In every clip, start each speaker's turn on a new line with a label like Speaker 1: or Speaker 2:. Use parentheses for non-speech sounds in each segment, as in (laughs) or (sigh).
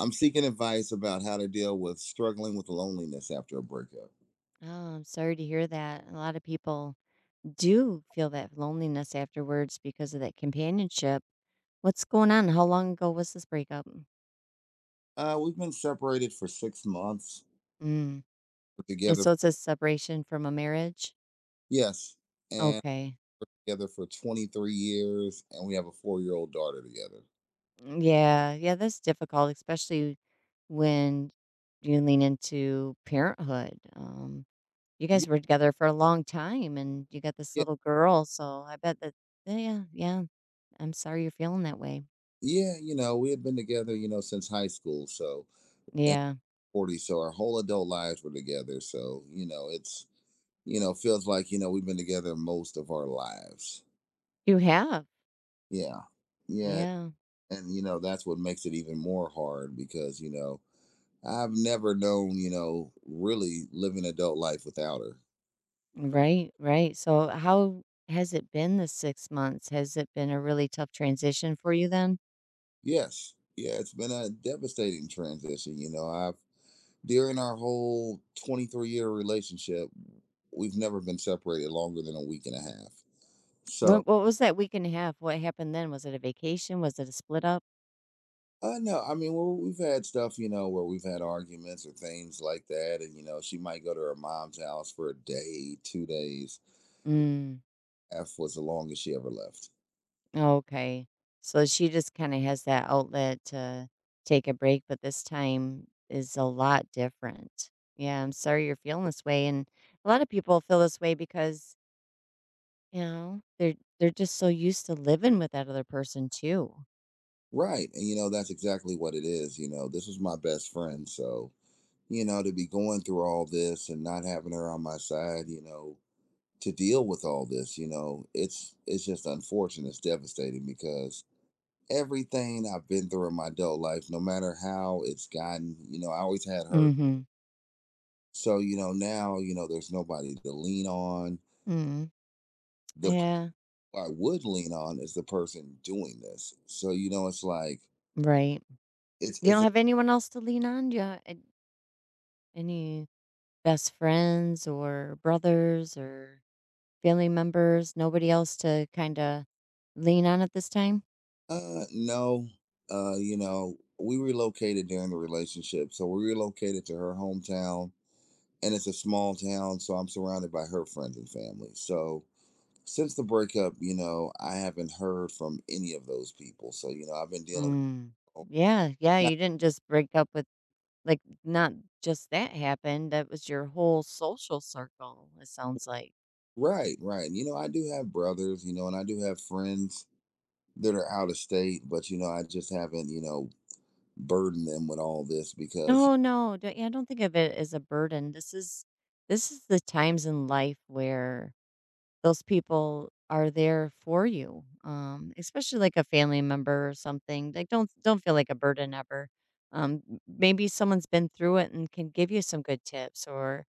Speaker 1: I'm seeking advice about how to deal with struggling with loneliness after a breakup.
Speaker 2: Oh, I'm sorry to hear that. A lot of people do feel that loneliness afterwards because of that companionship. What's going on? How long ago was this breakup?
Speaker 1: We've been separated for 6 months,
Speaker 2: Mm.
Speaker 1: we
Speaker 2: And
Speaker 1: together,
Speaker 2: so it's a separation from a marriage?
Speaker 1: yes, and
Speaker 2: Okay.
Speaker 1: together for 23 years, and we have a 4 year old daughter together.
Speaker 2: Mm. Yeah. Yeah. That's difficult, especially when you lean into parenthood. You
Speaker 1: Y-
Speaker 2: guys were together for a long time and you got this
Speaker 1: Yeah,
Speaker 2: little girl. So I bet that, yeah. Yeah. I'm sorry you're feeling that way.
Speaker 1: yeah, we had been together, since high school, so and
Speaker 2: Yeah.
Speaker 1: 40, so our whole adult lives were together. So, it's, feels like, we've been together most of our lives.
Speaker 2: You have.
Speaker 1: Yeah, yeah.
Speaker 2: Yeah.
Speaker 1: And, that's what makes it even more hard because, I've never known, really living adult life without her.
Speaker 2: Right, right. So, how has it been the 6 months? Has it been a really tough transition for you then?
Speaker 1: Yes. Yeah, it's been a devastating transition. You know, I've during our whole 23-year relationship, we've never been separated longer than a week and a half. So,
Speaker 2: What was that week and a half? What happened then? Was it a vacation? Was it a split up?
Speaker 1: no, I mean, we've had stuff, where we've had arguments or things like that. And, she might go to her mom's house for a day, 2 days.
Speaker 2: Mm,
Speaker 1: F was the longest she ever left.
Speaker 2: okay. So she just kind of has that outlet to take a break, but this time is a lot different. Yeah, I'm sorry you're feeling this way, and a lot of people feel this way because they're just so used to living with that other person too.
Speaker 1: Right. And, that's exactly what it is. This was my best friend. So, to be going through all this and not having her on my side, to deal with all this, it's just unfortunate. It's devastating because everything I've been through in my adult life, no matter how it's gotten, I always had her.
Speaker 2: Mm-hmm.
Speaker 1: So, now, there's nobody to lean on.
Speaker 2: Mm.
Speaker 1: The p-
Speaker 2: Yeah.
Speaker 1: I would lean on is the person doing this. So, it's like
Speaker 2: Right.
Speaker 1: it's
Speaker 2: You
Speaker 1: it's
Speaker 2: don't
Speaker 1: a
Speaker 2: have anyone else to lean on? Do you ha any best friends or brothers or family members? Nobody else to kinda lean on at this time?
Speaker 1: no, we relocated during the relationship. So we relocated to her hometown and it's a small town, so I'm surrounded by her friends and family. So since the breakup, I haven't heard from any of those people. So I've been dealing with
Speaker 2: Mm. Yeah, yeah,
Speaker 1: (laughs) and
Speaker 2: you
Speaker 1: I-
Speaker 2: didn't just break up with, like, not just that happened, that was your whole social circle, it sounds like.
Speaker 1: right, right. I do have brothers, and I do have friends that are out of state, but I just haven't, burdened them with all this because
Speaker 2: No, no, don't, yeah, I don't think of it as a burden. This is the times in life where those people are there for you, especially like a family member or something. Like don't feel like a burden ever. Maybe someone's been through it and can give you some good tips or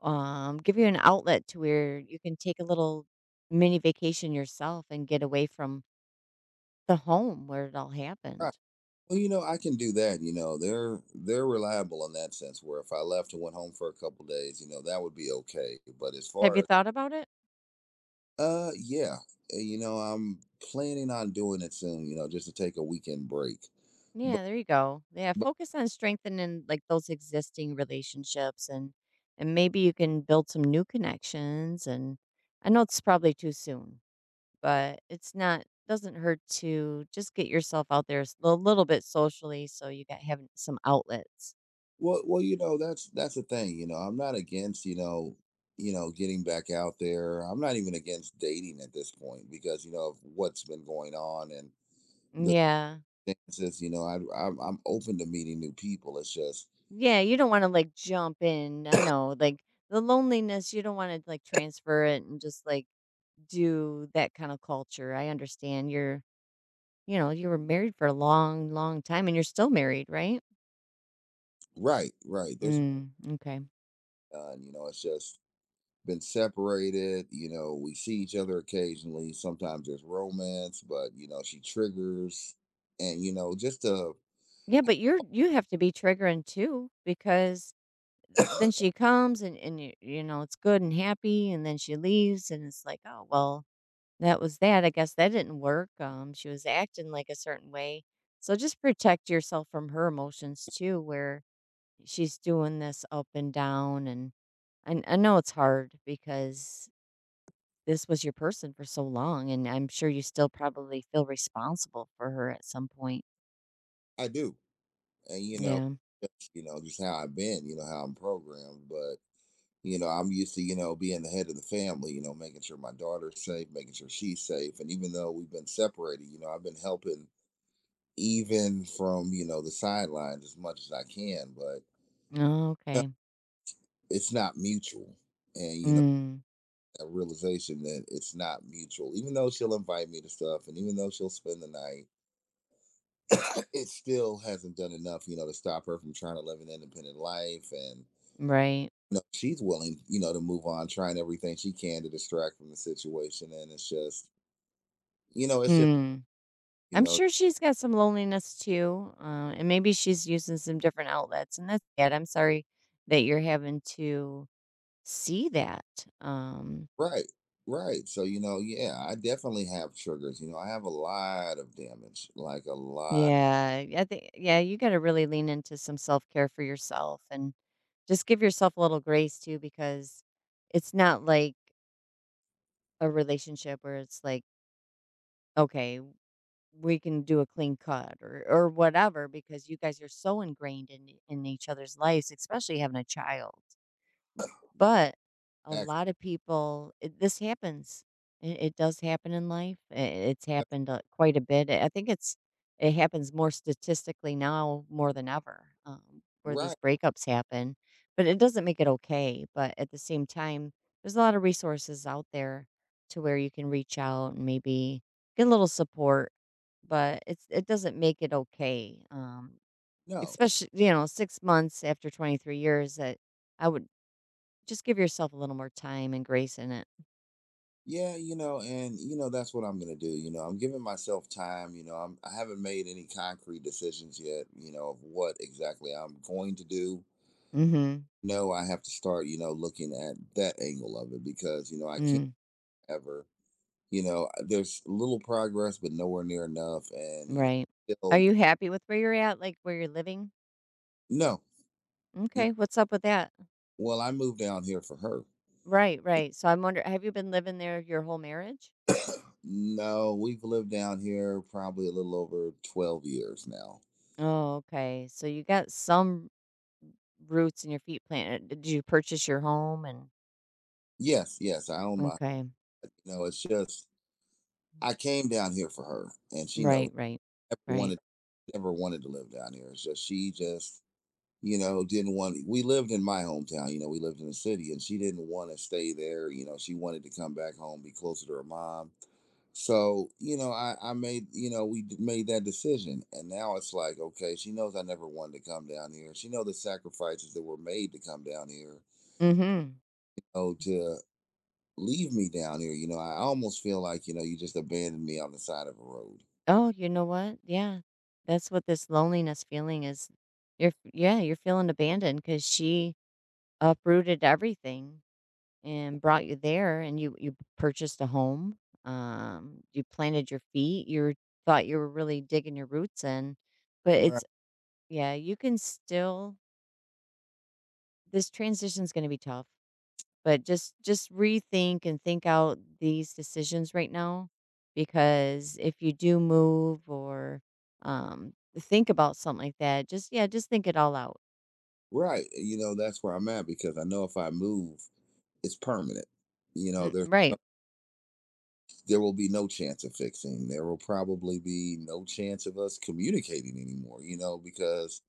Speaker 2: give you an outlet to where you can take a little mini vacation yourself and get away from the home where it all
Speaker 1: (laughs) right.
Speaker 2: happened.
Speaker 1: Well, I can do that. They're reliable in that sense. Where if I left and went home for a couple days, that would be okay. But as
Speaker 2: Have you
Speaker 1: far.
Speaker 2: thought about it?
Speaker 1: Yeah. I'm planning on doing it soon. Just to take a weekend break. But,
Speaker 2: Yeah, there you go. Yeah,
Speaker 1: but,
Speaker 2: focus on strengthening, like, those existing relationships, and maybe you can build some new connections. And I know it's probably too soon, but it's not, doesn't hurt to just get yourself out there a little bit socially, so you got having some outlets.
Speaker 1: well, that's the thing. I'm not against getting back out there. I'm not even against dating at this point because of what's been going on and the
Speaker 2: Yeah.
Speaker 1: chances. I'm open to meeting new people. It's just
Speaker 2: Yeah, you don't want to, like, jump in. I know, like, the loneliness, you don't want to, like, transfer it and just, like, do that kind of culture. I understand. You know, you were married for a long, long time, and you're still married, right?
Speaker 1: right, right. There's
Speaker 2: Mm, okay.
Speaker 1: none. It's just been separated. We see each other occasionally. Sometimes there's romance, but she triggers, and just
Speaker 2: Yeah, but you have to be triggering too, because then she comes and you, it's good and happy, and then she leaves, and it's like, "Oh, well, that was that. I guess that didn't work. She was acting like a certain way." So just protect yourself from her emotions too, where she's doing this up and down. And I know it's hard, because this was your person for so long, and I'm sure you still probably feel responsible for her at some point.
Speaker 1: I do, and
Speaker 2: Yeah.
Speaker 1: just, just how I've been, how I'm programmed. But I'm used to being the head of the family, making sure my daughter's safe, making sure she's safe, and even though we've been separated, I've been helping even from the sidelines as much as I can, but
Speaker 2: Oh, okay.
Speaker 1: it's not mutual, and
Speaker 2: Mm,
Speaker 1: that realization that it's not mutual. Even though she'll invite me to stuff and even though she'll spend the night, (coughs) (laughs) it still hasn't done enough, to stop her from trying to live an independent life. And,
Speaker 2: right.
Speaker 1: she's willing, to move on, trying everything she can to distract from the situation. And it's just, you know, it's just,
Speaker 2: Hmm.
Speaker 1: you
Speaker 2: I'm
Speaker 1: know,
Speaker 2: sure she's got some loneliness too, and maybe she's using some different outlets, and that's it. I'm sorry that you're having to see that. Um,
Speaker 1: right, right. So, yeah, I definitely have triggers. I have a lot of damage, like a lot.
Speaker 2: yeah, I think, yeah, you got to really lean into some self care for yourself, and just give yourself a little grace too, because it's not like a relationship where it's like, okay, we can do a clean cut or whatever, because you guys are so ingrained in each other's lives, especially having a child. But a
Speaker 1: Ac-
Speaker 2: lot of people, this happens. It does happen in life. I It's happened, quite a bit. I think it happens more statistically now more than ever, where these
Speaker 1: Right.
Speaker 2: breakups happen. But it doesn't make it okay. But at the same time, there's a lot of resources out there to where you can reach out and maybe get a little support. But it doesn't make it okay. Um,
Speaker 1: No.
Speaker 2: especially 6 months after 23 years, that I would just give yourself a little more time and grace in it.
Speaker 1: Yeah, and that's what I'm gonna do. You know, I'm giving myself time. I haven't made any concrete decisions yet. Of what exactly I'm going to do.
Speaker 2: Mm. Mhm.
Speaker 1: No, I have to start. Looking at that angle of it because I can't
Speaker 2: Mm,
Speaker 1: ever. There's little progress, but nowhere near enough. And
Speaker 2: right. Are
Speaker 1: still
Speaker 2: you happy with where you're at, like, where you're living?
Speaker 1: no.
Speaker 2: Okay, what's up with that?
Speaker 1: Well, I moved down here for her.
Speaker 2: Right, right. So I'm wondering, have you been living there your whole marriage?
Speaker 1: No, we've lived down here probably a little over 12 years now.
Speaker 2: Oh, okay. So you got some roots in your feet planted. Did you purchase your home and
Speaker 1: Yes, yes, I own my.
Speaker 2: Okay.
Speaker 1: It's just I came down here for her, and she knows
Speaker 2: Right, right.
Speaker 1: never
Speaker 2: Right.
Speaker 1: wanted never wanted to live down here. It's just she just didn't want. We lived in my hometown, we lived in the city, and she didn't want to stay there. She wanted to come back home, be closer to her mom. So I made made that decision, and now it's like okay, she knows I never wanted to come down here. She know the sacrifices that were made to come down here.
Speaker 2: Mm. Mhm.
Speaker 1: Oh, to leave me down here, I almost feel like you just abandoned me on the side of a road.
Speaker 2: Oh, you know what? Yeah. That's what this loneliness feeling is. You're feeling abandoned because she uprooted everything, and brought you there, and you purchased a home. You planted your feet. Thought you were really digging your roots in, but it's yeah, you can still this transition is going to be tough, but just rethink and think out these decisions right now, because if you do move or um think about something like that, just, yeah, just think it all out.
Speaker 1: Right. That's where I'm at because I know if I move, it's permanent. You know,
Speaker 2: Mm,
Speaker 1: there
Speaker 2: right.
Speaker 1: there will be no chance of fixing. There will probably be no chance of us communicating anymore, because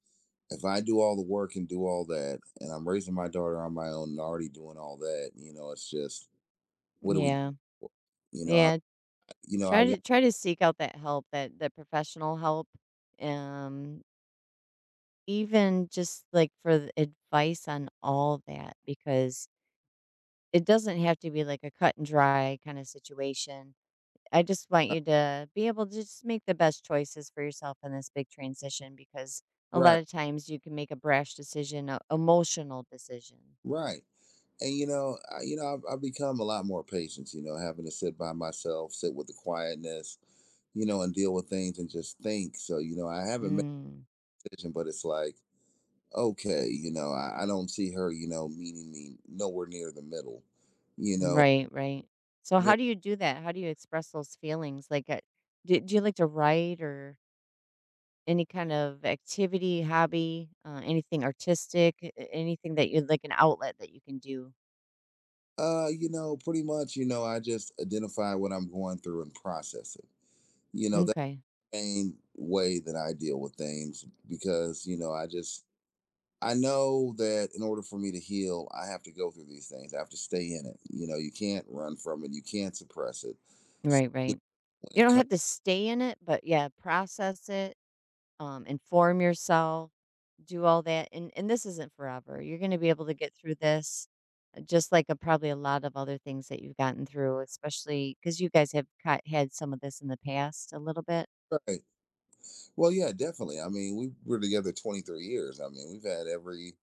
Speaker 1: if I do all the work and do all that and I'm raising my daughter on my own and already doing all that, it's just what do we do?
Speaker 2: Yeah.
Speaker 1: you know, I,
Speaker 2: Yeah,
Speaker 1: I
Speaker 2: Try
Speaker 1: want
Speaker 2: to try to seek out that help, that professional help, um, even just, like, for the advice on all that, because it doesn't have to be, like, a cut and dry kinda situation. I just want you to be able to just make the best choices for yourself in this big transition, because a lot
Speaker 1: right.
Speaker 2: of times you can make a brash decision, a emotional decision.
Speaker 1: Right. And you know, I, you know, I've become a lot more patient. Having to sit by myself, sit with the quietness, and deal with things and just think. So I haven't made
Speaker 2: Mm.
Speaker 1: a decision, but it's like, okay, I don't see her, meeting me nowhere near the middle. You know,
Speaker 2: Right, right. So
Speaker 1: even,
Speaker 2: how do you do that? How do you express those feelings? Like, do you like to write or Any kind of activity, hobby, anything artistic, anything that you like, an outlet that you can do.
Speaker 1: pretty much, I just identify what I'm going through and process it. That's
Speaker 2: Okay.
Speaker 1: the main way that I deal with things because I know that in order for me to heal, I have to go through these things. I have to stay in it. You can't run from it. You can't suppress it. So
Speaker 2: Right,
Speaker 1: you
Speaker 2: right.
Speaker 1: when
Speaker 2: You
Speaker 1: it
Speaker 2: don't
Speaker 1: comes,
Speaker 2: have to stay in it, but yeah, process it, inform yourself, do all that. And this isn't forever. You're going to be able to get through this, just like, probably a lot of other things that you've gotten through, especially cuz you guys have had some of this in the past a little bit.
Speaker 1: right? Well, yeah, definitely. I mean, we were together 23 years. I mean, we've had every,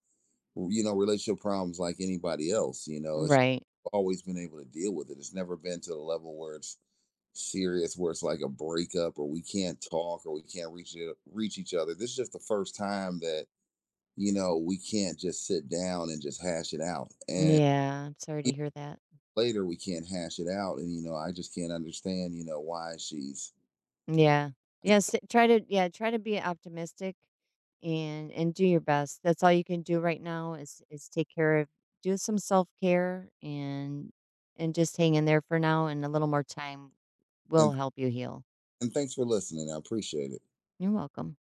Speaker 1: relationship problems like anybody else. It's
Speaker 2: Right.
Speaker 1: always been able to deal with it. It's never been to the level where it's serious, where it's like a breakup, or we can't talk, or we can't reach each other. This is just the first time that we can't just sit down and just hash it out and
Speaker 2: Yeah, I'm sorry to
Speaker 1: even
Speaker 2: hear that.
Speaker 1: later we can't hash it out and I just can't understand why she's.
Speaker 2: Yeah. Yes, try to, yeah, try to be optimistic and do your best. That's all you can do right now, is take care of, do some self-care and just hang in there for now, and a little more time will
Speaker 1: and
Speaker 2: help you heal.
Speaker 1: and thanks for listening, I appreciate it.
Speaker 2: You're welcome.